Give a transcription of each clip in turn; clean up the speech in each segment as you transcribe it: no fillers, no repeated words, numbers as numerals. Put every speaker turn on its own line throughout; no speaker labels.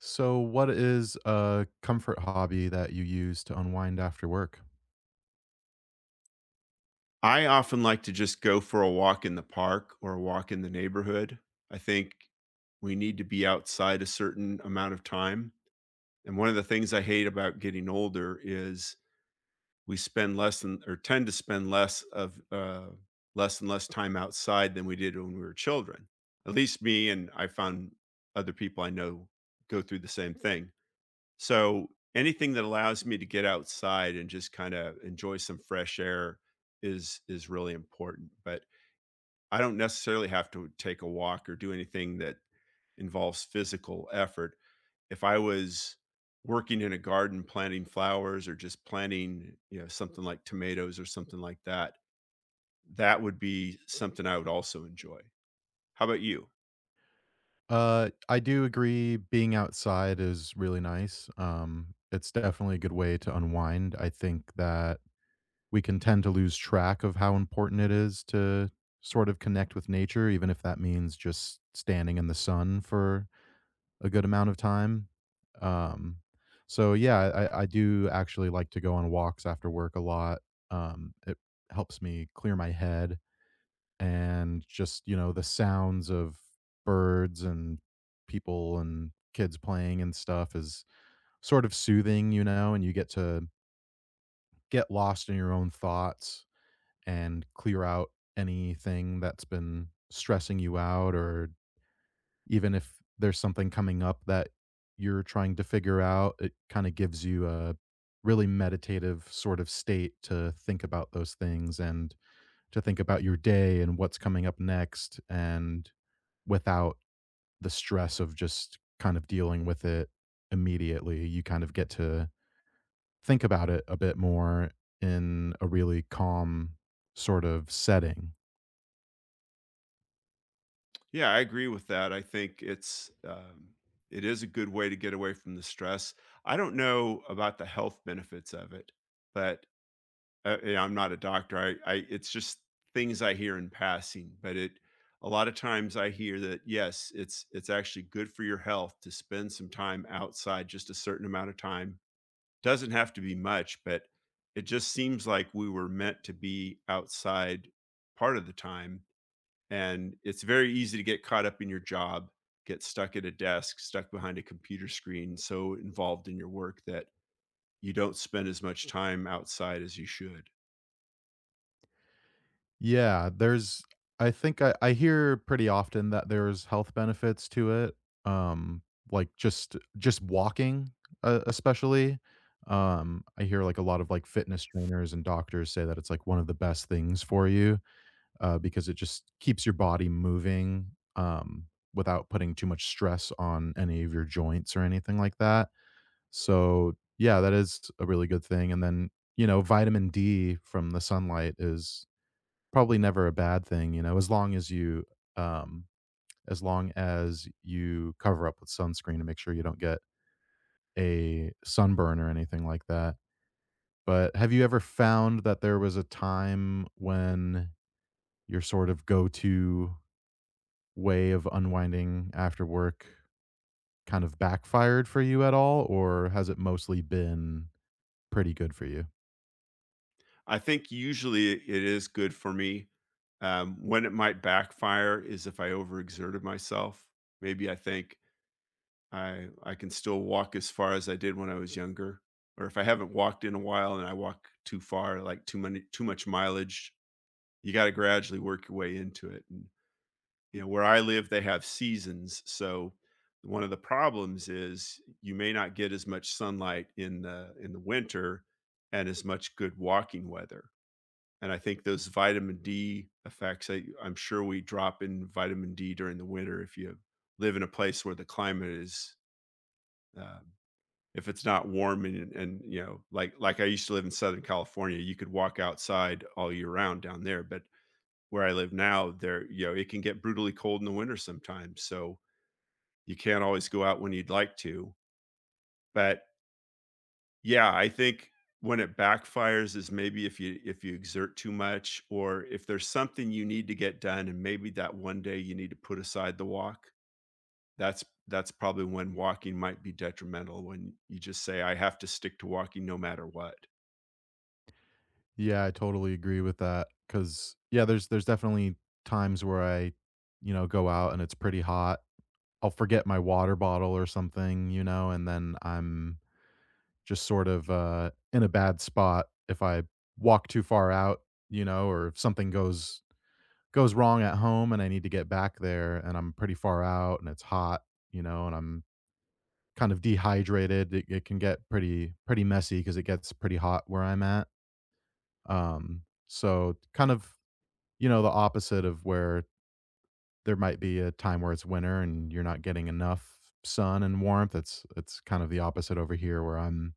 So, what is a comfort hobby that you use to unwind after work?
I often like to just go for a walk in the park or a walk in the neighborhood. I think we need to be outside a certain amount of time. And one of the things I hate about getting older is we spend less than or tend to spend less of less and less time outside than we did when we were children. At least me, and I found other people I know go through the same thing. So anything that allows me to get outside and just kind of enjoy some fresh air is really important. But I don't necessarily have to take a walk or do anything that involves physical effort. If I was working in a garden planting flowers or just planting, you know, something like tomatoes or something like that, that would be something I would also enjoy. How about you?
I do agree being outside is really nice. It's definitely a good way to unwind. I think that we can tend to lose track of how important it is to sort of connect with nature, even if that means just standing in the sun for a good amount of time. Um, so yeah, I do actually like to go on walks after work a lot. It helps me clear my head and just, you know, the sounds of birds and people and kids playing and stuff is sort of soothing, you know, and you get to get lost in your own thoughts and clear out anything that's been stressing you out, or even if there's something coming up that you're trying to figure out, it kind of gives you a really meditative sort of state to think about those things and to think about your day and what's coming up next and without the stress of just kind of dealing with it immediately. You kind of get to think about it a bit more in a really calm sort of setting.
Yeah, I agree with that. I think it's it is a good way to get away from the stress. I don't know about the health benefits of it, but yeah, I'm not a doctor. I it's just things I hear in passing. But it, a lot of times I hear that, yes, it's actually good for your health to spend some time outside, just a certain amount of time. Doesn't have to be much, but it just seems like we were meant to be outside part of the time, and it's very easy to get caught up in your job, get stuck at a desk, stuck behind a computer screen, so involved in your work that you don't spend as much time outside as you should.
Yeah, there's I think I hear pretty often that there's health benefits to it. Um, like just walking, especially. I hear like a lot of like fitness trainers and doctors say that it's like one of the best things for you because it just keeps your body moving without putting too much stress on any of your joints or anything like that. So, yeah, that is a really good thing. And then, you know, vitamin D from the sunlight is probably never a bad thing, you know, as long as you, um, as long as you cover up with sunscreen to make sure you don't get a sunburn or anything like that. But have you ever found that there was a time when your sort of go to way of unwinding after work kind of backfired for you at all, or has it mostly been pretty good for you?
I think usually it is good for me. When it might backfire is if I overexerted myself. Maybe I think I can still walk as far as I did when I was younger, or if I haven't walked in a while and I walk too far, like too many too much mileage, you got to gradually work your way into it. You know, where I live they have seasons, so one of the problems is you may not get as much sunlight in the winter and as much good walking weather. And I think those vitamin D effects, I'm sure we drop in vitamin D during the winter if you live in a place where the climate is um, if it's not warm and, you know, like I used to live in southern California, you could walk outside all year round down there. But where I live now, there, you know, it can get brutally cold in the winter sometimes, so you can't always go out when you'd like to. But yeah, I think when it backfires is maybe if you exert too much or if there's something you need to get done and maybe that one day you need to put aside the walk. That's probably when walking might be detrimental, when you just say I have to stick to walking no matter what.
Yeah, I totally agree with that. Cause yeah, there's definitely times where I, you know, go out and it's pretty hot. I'll forget my water bottle or something, you know, and then I'm just sort of in a bad spot if I walk too far out, you know, or if something goes wrong at home and I need to get back there and I'm pretty far out and it's hot, you know, and I'm kind of dehydrated. It can get pretty messy because it gets pretty hot where I'm at. So kind of, you know, the opposite of where there might be a time where it's winter and you're not getting enough sun and warmth. It's kind of the opposite over here where I'm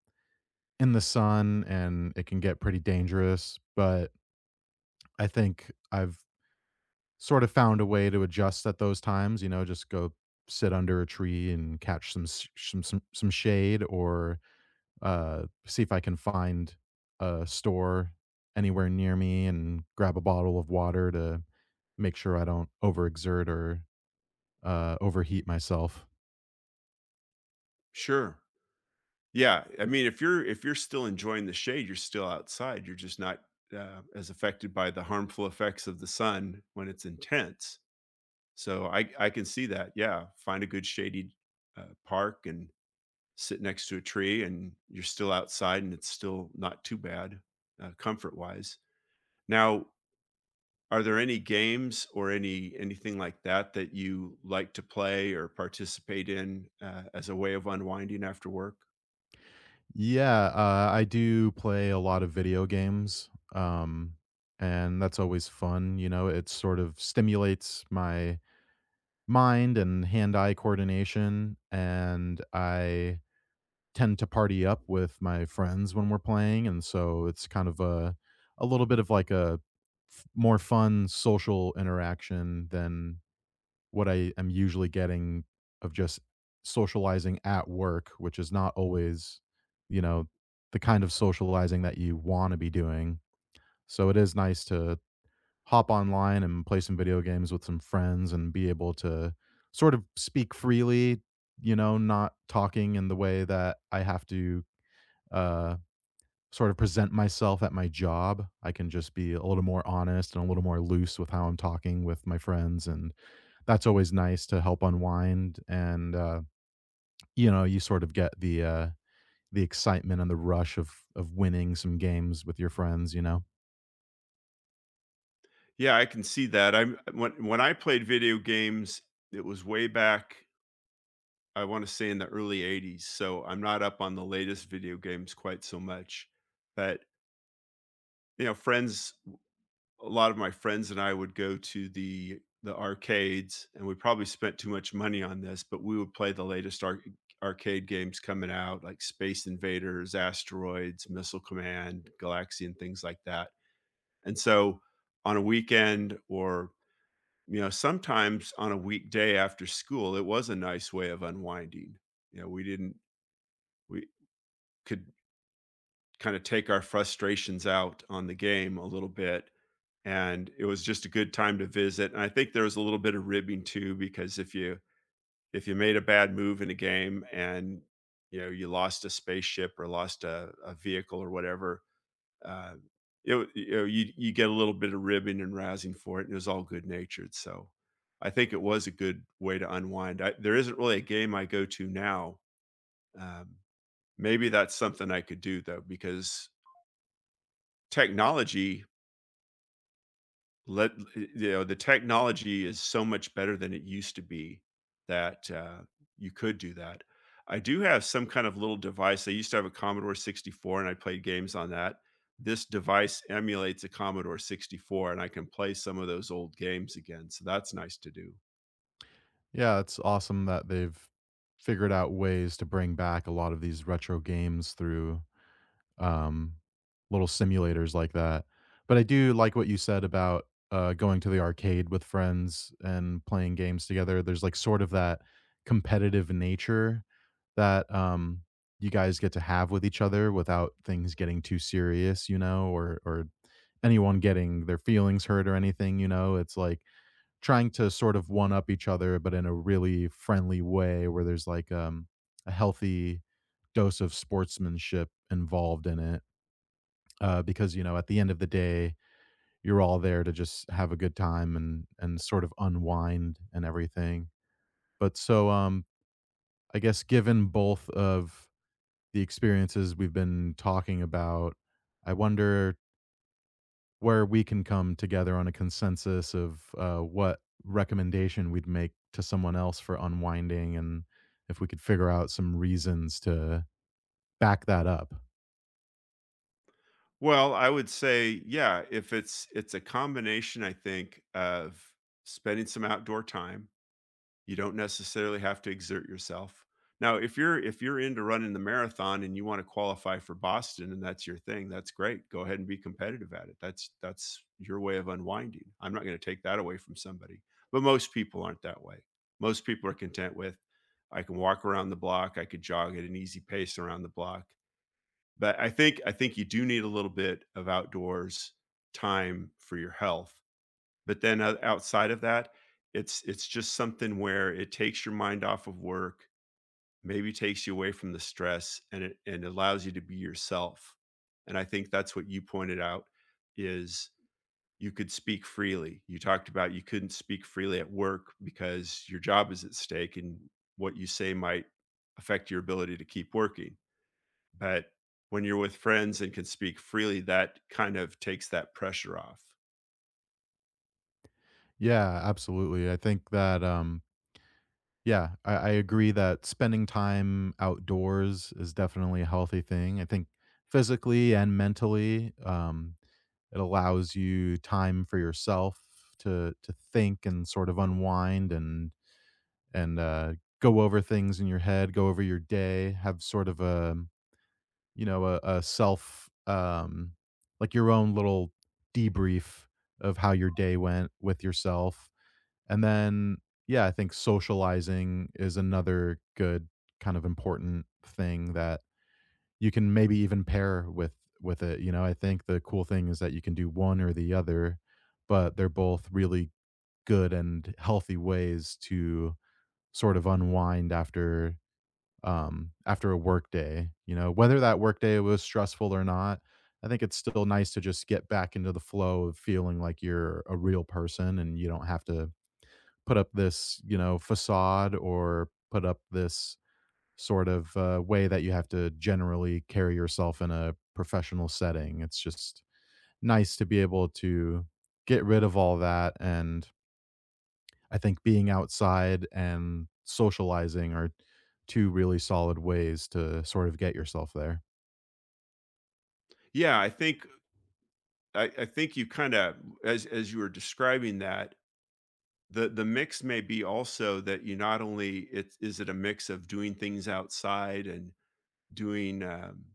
in the sun and it can get pretty dangerous, but I think I've sort of found a way to adjust at those times, you know, just go sit under a tree and catch some s- some shade or see if I can find a store anywhere near me and grab a bottle of water to make sure I don't overexert or overheat myself.
Sure. Yeah, I mean if you're still enjoying the shade, you're still outside. You're just not as affected by the harmful effects of the sun when it's intense. So I can see that. Yeah, find a good shady park and sit next to a tree, and you're still outside, and it's still not too bad, comfort wise. Now, are there any games or anything like that that you like to play or participate in as a way of unwinding after work?
Yeah, I do play a lot of video games, and that's always fun. You know, it sort of stimulates my mind and hand-eye coordination, and I tend to party up with my friends when we're playing, and so it's kind of a little bit of like a more fun social interaction than what I am usually getting of just socializing at work, which is not always, you know, the kind of socializing that you want to be doing. So it is nice to hop online and play some video games with some friends and be able to sort of speak freely, you know, not talking in the way that I have to uh, sort of present myself at my job. I can just be a little more honest and a little more loose with how I'm talking with my friends. And that's always nice to help unwind. You know, you sort of get the excitement and the rush of winning some games with your friends, you know?
Yeah, I can see that. I'm when I played video games, it was way back. I want to say in the early 80s. So I'm not up on the latest video games quite so much. But you know, friends, a lot of my friends and I would go to the arcades, and we probably spent too much money on this, but we would play the latest arcade games coming out, like Space Invaders, Asteroids, Missile Command, Galaxy, and things like that, and so, on a weekend or, you know, sometimes on a weekday after school, it was a nice way of unwinding. You know, we didn't we could kinda take our frustrations out on the game a little bit, and it was just a good time to visit. And I think there was a little bit of ribbing too, because if you made a bad move in a game and, you know, you lost a spaceship or lost a vehicle or whatever, uh, it w you know, you get a little bit of ribbing and rousing for it, and it was all good-natured. So I think it was a good way to unwind. I There isn't really a game I go to now. Um, Maybe that's something I could do though, because technology Let you know, the technology is so much better than it used to be, that, you could do that. I do have some kind of little device. I used to have a Commodore 64, and I played games on that. This device emulates a Commodore 64, and I can play some of those old games again, so that's nice to do.
Yeah, it's awesome that they've figured out ways to bring back a lot of these retro games through um, little simulators like that. But I do like what you said about going to the arcade with friends and playing games together. There's like sort of that competitive nature that you guys get to have with each other without things getting too serious, you know, or anyone getting their feelings hurt or anything. You know, it's like trying to sort of one up each other, but in a really friendly way where there's like a healthy dose of sportsmanship involved in it. Because you know, at the end of the day, you're all there to just have a good time and sort of unwind and everything. But so, um, I guess given both of the experiences we've been talking about, I wonder where we can come together on a consensus of what recommendation we'd make to someone else for unwinding and if we could figure out some reasons to back that up.
Well, I would say, yeah, if it's it's a combination, I think, of spending some outdoor time. You don't necessarily have to exert yourself. Now, if you're into running the marathon and you want to qualify for Boston and that's your thing, that's great. Go ahead and be competitive at it. That's your way of unwinding. I'm not going to take that away from somebody. But most people aren't that way. Most people are content with, I can walk around the block, I could jog at an easy pace around the block. But I think you do need a little bit of outdoors time for your health, but then o outside of that, it's just something where it takes your mind off of work, maybe takes you away from the stress, and it and allows you to be yourself. And I think that's what you pointed out, is you could speak freely. You talked about you couldn't speak freely at work because your job is at stake, and what you say might affect your ability to keep working. But when you're with friends and can speak freely, that kind of takes that pressure off.
Yeah, absolutely. I think that, yeah, I agree that spending time outdoors is definitely a healthy thing. I think physically and mentally, it allows you time for yourself to think and sort of unwind and and go over things in your head, go over your day, have sort of a you know a self like your own little debrief of how your day went with yourself, and then yeah, I think socializing is another good kind of important thing that you can maybe even pair with it. You know, I think the cool thing is that you can do one or the other, but they're both really good and healthy ways to sort of unwind after after a work day, you know, whether that work day was stressful or not. I think it's still nice to just get back into the flow of feeling like you're a real person and you don't have to put up this, you know, facade or put up this sort of way that you have to generally carry yourself in a professional setting. It's just nice to be able to get rid of all that, and I think being outside and socializing are 2 really solid ways to sort of get yourself there.
Yeah, I think I think you kinda, as you were describing that, the mix may be also that you not only, it's it a mix of doing things outside and doing,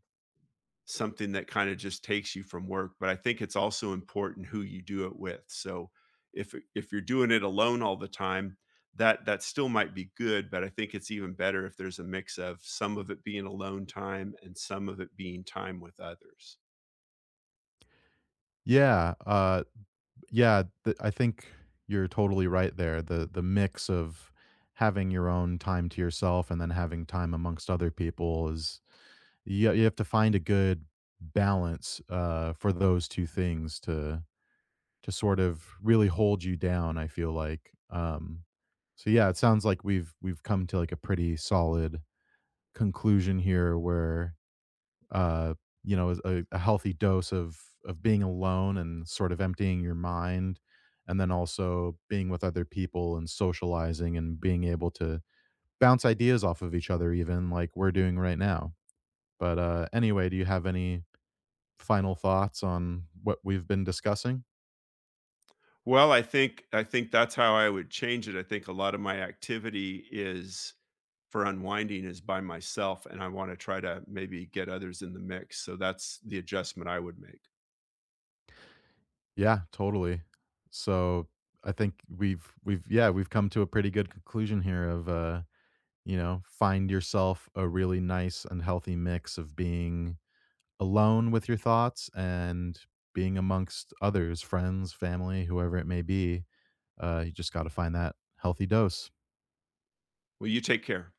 something that kind of just takes you from work, but I think it's also important who you do it with. So if you're doing it alone all the time, that still might be good, but I think it's even better if there's a mix of some of it being alone time and some of it being time with others.
Yeah, yeah, th I think you're totally right there. The mix of having your own time to yourself and then having time amongst other people is you have to find a good balance, for those 2 things to sort of really hold you down, I feel like, so yeah, it sounds like we've come to, like, a pretty solid conclusion here where, uh, you know, a healthy dose of being alone and sort of emptying your mind, and then also being with other people and socializing and being able to bounce ideas off of each other even like we're doing right now. But, anyway, do you have any final thoughts on what we've been discussing?
Well, I think that's how I would change it. I think a lot of my activity is for unwinding is by myself, and I want to try to maybe get others in the mix. So that's the adjustment I would make.
Yeah, totally. So, I think we've come to a pretty good conclusion here of, you know, find yourself a really nice and healthy mix of being alone with your thoughts and being amongst others, friends, family, whoever it may be. You just got to find that healthy dose.
Well, you take care.